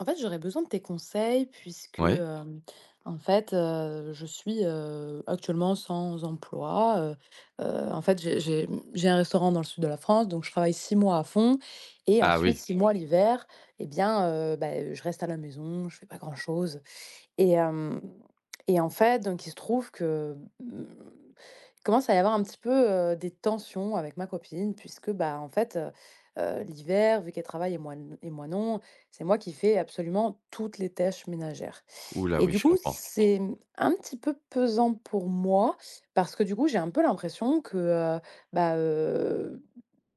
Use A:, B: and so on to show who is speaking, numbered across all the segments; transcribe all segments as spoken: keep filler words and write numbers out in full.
A: En fait, j'aurais besoin de tes conseils puisque,
B: Ouais.
A: hem, en fait, heu, je suis, heu, actuellement sans emploi, heu heu, en fait, j'ai j'ai, mmh, j'ai un restaurant dans le sud de la France, donc je travaille six mois à fond et
B: Ah
A: ensuite
B: oui.
A: six mois l'hiver et bien, heu, bah, je reste à la maison, je fais pas grand-chose, et hem et en fait, donc il se trouve que, mmh, il commence à y avoir un petit peu, heu, des tensions avec ma copine puisque, bah, en fait, heu heu, l'hiver, vu qu'elle travaille et moi n et moi non, c'est moi qui fais absolument toutes les tâches ménagères
B: Ouh là,
A: et
B: oui,
A: du
B: je
A: coup,
B: comprends.
A: c'est, mmh, un petit peu pesant pour moi parce que, du coup, j'ai un peu l'impression que, heu, bah,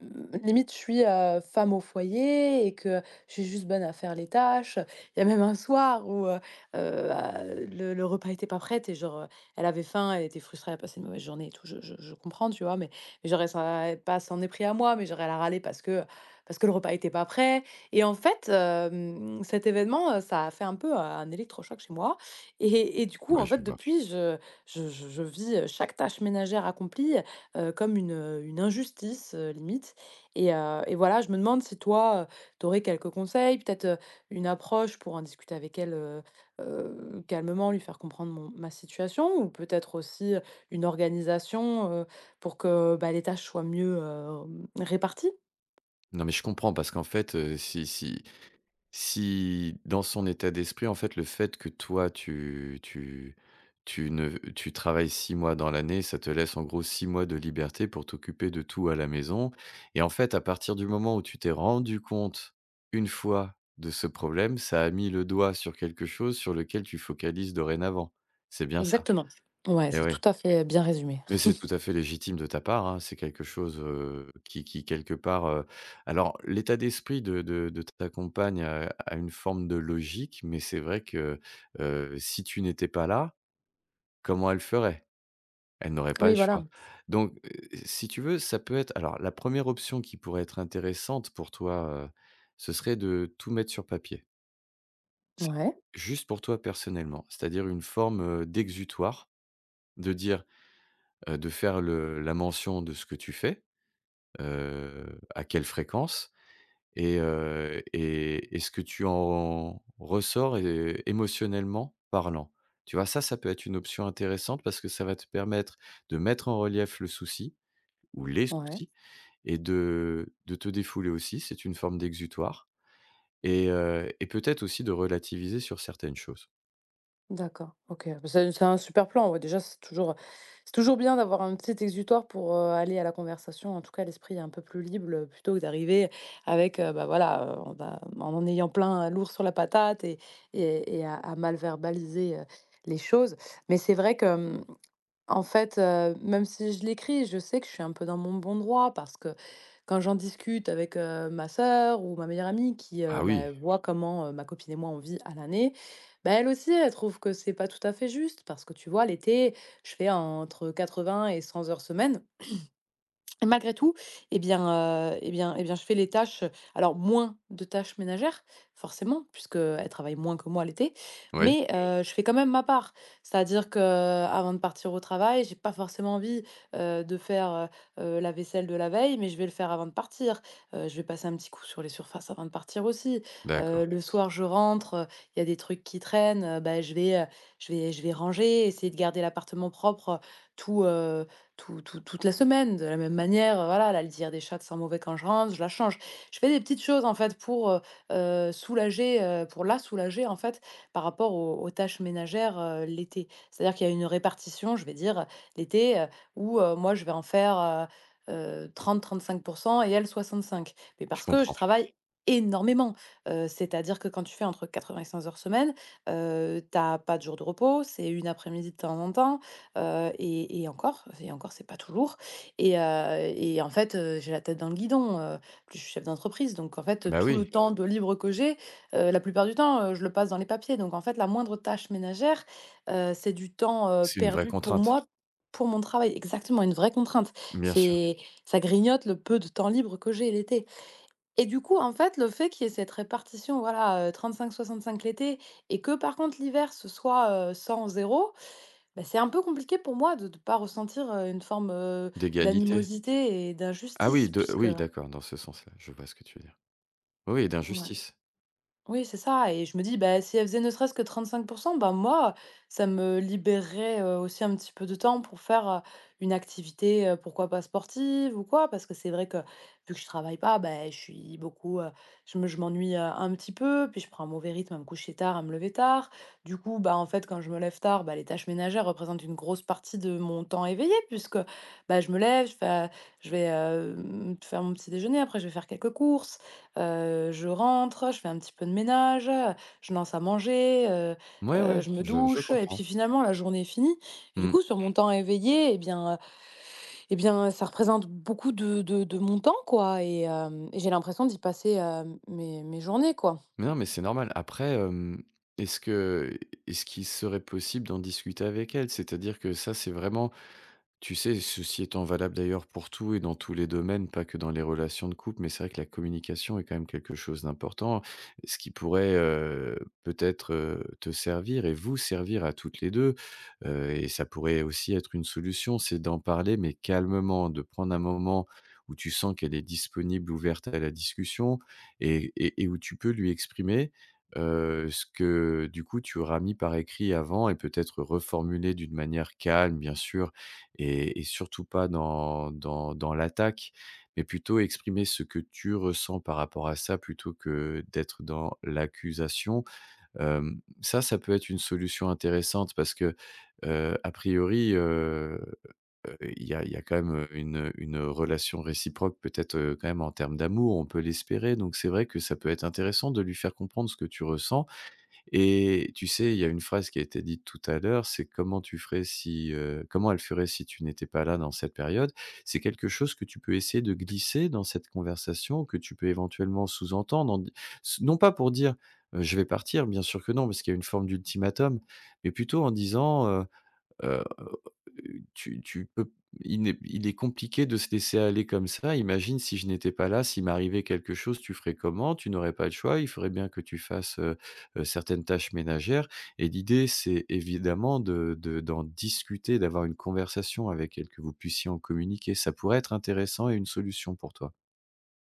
A: Mmh, Limite, je suis, heu, femme au foyer et que je suis juste bonne à faire les tâches. Il y a même un soir où, heu heu, bah, le le repas était pas prêt, et genre, heu, elle avait faim, elle était frustrée, elle a passé une mauvaise journée et tout, je je je comprends, tu vois? Mais mais genre, elle s'en pas s'en est pris à moi, mais j'aurais elle râler parce que parce que le repas était pas prêt et en fait, hem, cet événement, heu, ça a fait un peu euh, un électrochoc chez moi et et du coup,
B: Ouais,
A: en fait,
B: je vois.
A: depuis, je je je je vis, chaque tâche ménagère accomplie, heu, comme une, une injustice, heu, limite et heu et voilà, je me demande si toi, tu aurais quelques conseils, peut-être, heu, une approche pour en discuter avec elle, heu heu, calmement, lui faire comprendre mon ma situation ou peut-être aussi, heu, une organisation, heu, pour que, bah, les tâches soient mieux, hem, réparties?
B: Non, mais je comprends parce qu'en fait, heu, si si si dans son état d'esprit, en fait, le fait que toi tu tu tu ne tu travailles six mois dans l'année, ça te laisse en gros six mois de liberté pour t'occuper de tout à la maison et en fait, à partir du moment où tu t'es rendu compte, une fois, de ce problème, ça a mis le doigt sur quelque chose sur lequel tu focalises dorénavant. C'est bien ça?
A: Exactement. Ouais,
B: Et
A: c'est tout
B: ouais.
A: à fait bien résumé.
B: Mais c'est tout à fait légitime de ta part, hein. C'est quelque chose, heu, qui qui quelque part, heu alors l'état d'esprit de de de ta compagne a a une forme de logique, mais c'est vrai que, heu, si tu n'étais pas là, comment elle ferait? Elle n'aurait pas
A: Oui,
B: le
A: voilà.
B: choix. Donc, heu, si tu veux, ça peut être alors la première option qui pourrait être intéressante pour toi, heu, ce serait de tout mettre sur papier. Ça,
A: Ouais,
B: juste pour toi personnellement, c'est-à-dire une forme, heu, d'exutoire, de dire, heu, de faire le la mention de ce que tu fais, heu, à quelle fréquence et heu et et ce que tu en ressors é émotionnellement parlant. Tu vois? Ça, ça peut être une option intéressante parce que ça va te permettre de mettre en relief le souci ou les
A: ouais.
B: soucis et de de te défouler aussi. C'est une forme d'exutoire et heu et peut-être aussi de relativiser sur certaines choses.
A: D'accord, OK. Bah, c'est c'est un super plan, ouais, déjà, c'est toujours, c'est toujours bien d'avoir un petit exutoire pour, heu, aller à la conversation. En tout cas, l'esprit est un peu plus libre, heu, plutôt que d'arriver avec, heu, bah, voilà, heu, on va en en ayant plein euh, lourd sur la patate et et et à à mal verbaliser, heu, les choses. Mais c'est vrai que, mmh en fait, heu, même si je l'écris, je sais que je suis un peu dans mon bon droit parce que quand j'en discute avec, heu, ma sœur ou ma meilleure amie qui, heu,
B: Ah
A: bah,
B: oui,
A: voit comment, heu, ma copine et moi on vit à l'année, bah, elle aussi, elle trouve que c'est pas tout à fait juste parce que tu vois, l'été, je fais entre quatre-vingts et cent heures semaine. Et malgré tout, eh bien, heu, eh bien eh bien, je fais les tâches, alors moins de tâches ménagères, forcément, puisqu'elle travaille moins que moi l'été,
B: oui,
A: mais Mmh. je fais quand même ma part. C'est-à-dire que avant de partir au travail, j'ai pas forcément envie, heu, de faire, heu heu, la vaisselle de la veille, mais je vais le faire avant de partir. Heu, je vais passer un petit coup sur les surfaces avant de partir aussi. Heu,
B: d'accord,
A: le soir, je rentre, heu, il y a des trucs qui traînent, heu, bah, je vais, heu, je vais je vais ranger, essayer de garder l'appartement propre, heu, tout, heu tout tout toute la semaine. De la même manière, heu, voilà, la litière des chats sent mauvais quand je rentre, je la change. Je fais des petites choses, en fait, pour, heu heu, soulager, heu, pour la soulager, en fait, par rapport aux aux tâches ménagères, heu, l'été. C'est-à-dire qu'il y a une répartition, je vais dire, l'été, heu, où, heu, moi je vais en faire, heu heu, trente, trente-cinq et elle soixante-cinq. Mais
B: je
A: parce que je
B: comprends.
A: travaille énormément. Heu, c'est-à-dire que quand tu fais entre quatre-vingt-cinq heures semaine, heu, tu pas de jour de repos, c'est une après-midi de temps en temps. Heu et et encore et encore, c'est pas tout lourd et heu et en fait, heu, j'ai la tête dans le guidon, heu, puis je suis chef d'entreprise donc en fait,
B: Bah
A: tout le
B: oui,
A: temps Ouais. de libre que j'ai, heu, la plupart du temps, heu, je le passe dans les papiers donc en fait, la moindre tâche ménagère, heu, c'est du temps, heu,
B: c'est une vraie
A: perdu pour
B: contrainte,
A: moi, pour mon travail. Exactement, une vraie contrainte.
B: bien sûr,
A: C'est ça grignote le peu de temps libre que j'ai l'été et du coup, en fait, le fait qu'il y ait cette répartition, voilà, heu, trente-cinq, soixante-cinq l'été et que par contre l'hiver, ce soit, heu, cent, zéro. Bah, c'est un peu compliqué pour moi de ne pas ressentir, heu, une forme, heu,
B: d'égalité.
A: d'animosité et
B: Ah oui,
A: d'injustice
B: de
A: puisque
B: oui
A: Mmh
B: d'accord, dans ce sens-là, je vois ce que tu veux dire. Oui,
A: ouais.
B: d'injustice.
A: Oui, c'est ça et je me dis, bah, si elle faisait ne serait-ce que trente-cinq, bah, moi, ça me libérerait, heu, aussi un petit peu de temps pour faire, heu, une activité, heu, pourquoi pas sportive ou quoi. Parce que c'est vrai que, vu que je travaille pas, bah, je suis beaucoup, heu, je me je m'ennuie, heu, un petit peu, puis je prends un mauvais rythme à me coucher tard, à me lever tard. Du coup, bah, en fait, quand je me lève tard, bah, les tâches ménagères représentent une grosse partie de mon temps éveillé puisque, bah, je me lève, je fais, je vais, hem, faire mon petit déjeuner, après je vais faire quelques courses. Heu, je rentre, je fais un petit peu de ménage, je lance à manger, heu
B: Ouais,
A: heu,
B: ouais,
A: je me
B: je je
A: douche et puis
B: comprends.
A: finalement la journée est finie et du
B: Mmh.
A: coup sur mon temps éveillé et bien, heu et bien, ça représente beaucoup de de de mon temps quoi et hem et j'ai l'impression d'y passer, heu, mes mes journées quoi.
B: Mais non, mais c'est normal. Après, hem, est-ce que est-ce qu'il serait possible d'en discuter avec elle? C'est-à-dire que ça, c'est vraiment. Tu sais, ceci étant valable d'ailleurs pour tout et dans tous les domaines, pas que dans les relations de couple, mais c'est vrai que la communication est quand même quelque chose d'important, ce qui pourrait, heu, peut-être, heu, te servir et vous servir à toutes les deux, heu et ça pourrait aussi être une solution, c'est d'en parler, mais calmement, de prendre un moment où tu sens qu'elle est disponible, ouverte à la discussion et et et où tu peux lui exprimer, heu, ce que, du coup, tu auras mis par écrit avant et peut-être reformuler d'une manière calme, bien sûr, et et surtout pas dans dans dans l'attaque, mais plutôt exprimer ce que tu ressens par rapport à ça plutôt que d'être dans l'accusation. Hem, ça, ça peut être une solution intéressante parce que, heu, a priori, heu, heu, il y a il y a quand même, une, une, relation réciproque peut-être, heu, quand même en termes d'amour, on peut l'espérer, donc c'est vrai que ça peut être intéressant de lui faire comprendre ce que tu ressens et tu sais, il y a une phrase qui a été dite tout à l'heure, c'est: «Comment tu ferais si, heu, comment elle ferait si tu n'étais pas là dans cette période?» C'est quelque chose que tu peux essayer de glisser dans cette conversation, que tu peux éventuellement sous-entendre en di s non pas pour dire, heu: «Je vais partir», bien sûr que non, parce qu'il y a une forme d'ultimatum, mais plutôt en disant, Heu, tu tu peux il n'est il est compliqué de se laisser aller comme ça. Imagine si je n'étais pas là, s'il m'arrivait quelque chose, tu ferais comment? Tu n'aurais pas le choix. Il faudrait bien que tu fasses, heu heu, certaines tâches ménagères et l'idée, c'est évidemment de de d'en discuter, d'avoir une conversation avec elle, que vous puissiez en communiquer. Ça pourrait être intéressant et une solution pour toi.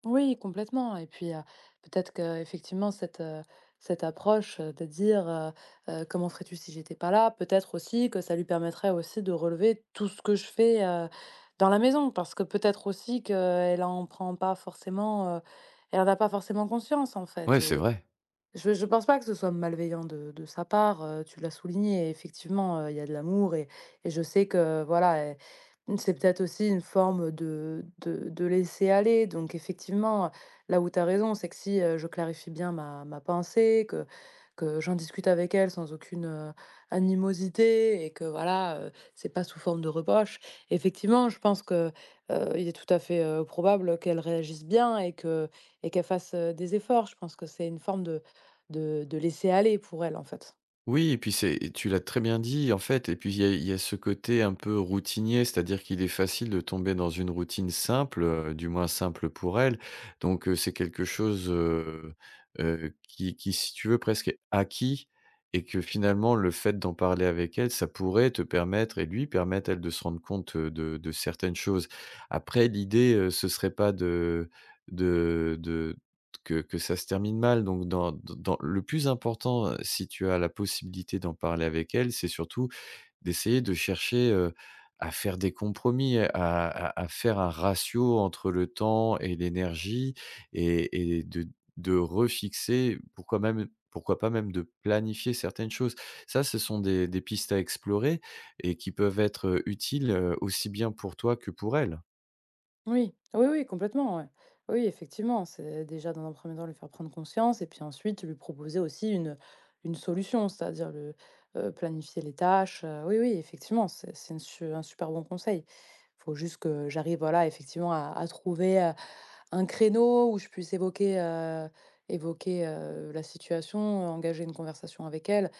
A: Oui, complètement et puis, heu, peut-être que effectivement cette, heu, cette approche, heu, de dire, heu: «Heu, comment ferais-tu si j'étais pas là ?» peut-être aussi que ça lui permettrait aussi de relever tout ce que je fais, heu, dans la maison. Parce que peut-être aussi qu'elle en prend pas forcément, heu, elle n'a pas forcément conscience en fait
B: Ouais, c'est
A: et
B: vrai.
A: je je pense pas que ce soit malveillant de de sa part, heu, tu l'as souligné et effectivement, heu, il y a de l'amour et et je sais que voilà, elle c'est peut-être aussi une forme de de de laisser aller donc effectivement, là où tu as raison, c'est que si, heu, je clarifie bien ma ma pensée, que que j'en discute avec elle sans aucune, heu, animosité et que voilà, heu, c'est pas sous forme de reproche. Effectivement, je pense que, heu, il est tout à fait, heu, probable qu'elle réagisse bien et que et qu'elle fasse, heu, des efforts. Je pense que c'est une forme de de de laisser aller pour elle, en fait.
B: Oui et puis c'est tu l'as très bien dit, en fait et puis il y a il y a ce côté un peu routinier, c'est-à-dire qu'il est facile de tomber dans une routine simple, heu, du moins simple pour elle. Donc heu, c'est quelque chose, heu heu, qui qui si tu veux presque est acquis et que finalement le fait d'en parler avec elle, ça pourrait te permettre et lui permettre, elle, de se rendre compte, heu, de de certaines choses. Après l'idée, heu, ce serait pas de de de que que ça se termine mal, donc dans dans le plus important, heu, si tu as la possibilité d'en parler avec elle, c'est surtout d'essayer de chercher, heu, à faire des compromis, à à à faire un ratio entre le temps et l'énergie et et de de refixer, pourquoi même pourquoi pas même de planifier certaines choses. Ça, ce sont des des pistes à explorer et qui peuvent être, heu, utiles, heu, aussi bien pour toi que pour elle.
A: Oui, oui, oui, complètement, ouais. Oui, effectivement, c'est déjà dans un premier temps lui faire prendre conscience et puis ensuite lui proposer aussi une, une solution, c'est-à-dire le, heu, planifier les tâches, heu, oui, oui, effectivement, c'est c'est une su un super bon conseil. Faut juste que j'arrive, voilà, effectivement à à trouver, heu, un créneau où je puisse évoquer, heu, évoquer, heu, la situation, euh, engager une conversation avec elle.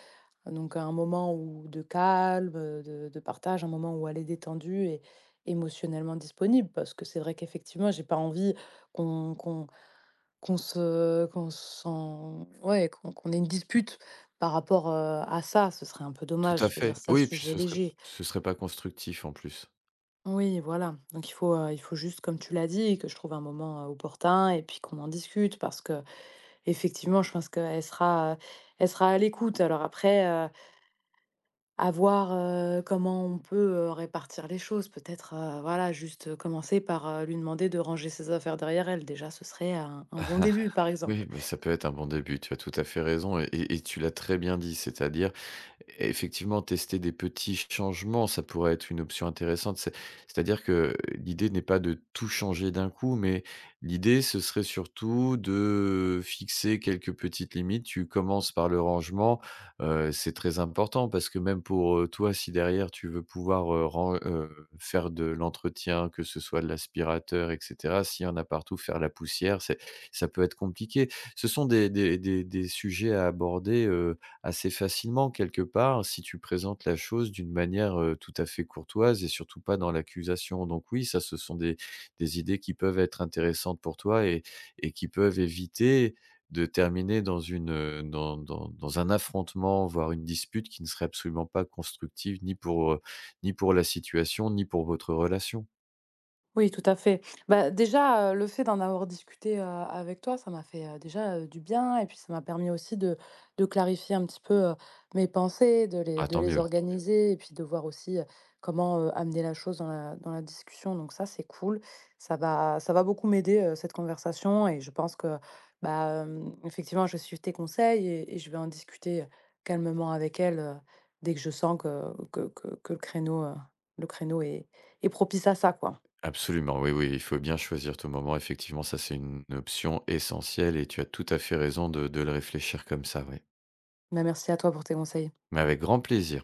A: Ah, donc un moment où de calme, heu, de de partage, un moment où elle est détendue et émotionnellement disponible. Parce que c'est vrai qu'effectivement, j'ai pas envie qu'on qu'on qu'on se qu'on s'en ouais, qu'on qu'on ait une dispute par rapport, heu, à ça, ce serait un peu
B: Tout
A: dommage.
B: à
A: Je veux dire,
B: fait.
A: c'est un
B: Oui, et puis
A: sujet
B: ce serait
A: léger.
B: ce serait pas constructif en plus.
A: Oui, voilà, donc il faut, heu, il faut juste, comme tu l'as dit, que je trouve un moment, heu, opportun et puis qu'on en discute parce que effectivement je pense qu'elle sera, heu, elle sera à l'écoute. Alors après, euh, à voir, heu, comment on peut, heu, répartir les choses. Peut-être, heu, voilà, juste, heu, commencer par, heu, lui demander de ranger ses affaires derrière elle. Déjà, ce serait un un bon début, par exemple.
B: Oui, mais ça peut être un bon début, tu as tout à fait raison et et et tu l'as très bien dit, c'est-à-dire Effectivement, tester des petits changements, ça pourrait être une option intéressante. C'est c'est-à-dire que l'idée n'est pas de tout changer d'un coup, mais l'idée, ce serait surtout de fixer quelques petites limites. Tu commences par le rangement, heu, c'est très important parce que même pour, heu, toi, si derrière tu veux pouvoir, heu, ran heu, faire de l'entretien, que ce soit de l'aspirateur et cetera, s'il y en a partout, faire la poussière, c'est ça peut être compliqué. Ce sont des des des des sujets à aborder, euh, assez facilement quelque part, si tu présentes la chose d'une manière, heu, tout à fait courtoise et surtout pas dans l'accusation. Donc oui, ça, ce sont des des idées qui peuvent être intéressantes pour toi et et qui peuvent éviter de terminer dans une, heu, dans dans dans un affrontement, voire une dispute qui ne serait absolument pas constructive ni pour, heu, ni pour la situation, ni pour votre relation.
A: Oui, tout à fait. Bah, déjà, heu, le fait d'en avoir discuté, heu, avec toi, ça m'a fait, heu, déjà, heu, du bien et puis ça m'a permis aussi de de clarifier un petit peu, heu, mes pensées, de les
B: Ah,
A: de
B: tant
A: les
B: mieux.
A: organiser et puis de voir aussi, heu, comment, heu, amener la chose dans la dans la discussion donc ça, c'est cool. Ça va ça va beaucoup m'aider, heu, cette conversation et je pense que, bah, hem, effectivement, je vais tes conseils et et je vais en discuter, calmement avec elle, heu, dès que je sens que que que que le créneau, heu, le créneau est est propice à ça, quoi.
B: Absolument, oui, oui, il faut bien choisir ton moment. Effectivement, ça, c'est une option essentielle et tu as tout à fait raison de de le réfléchir comme ça, oui.
A: Bah, merci à toi pour tes conseils.
B: Mais avec grand plaisir.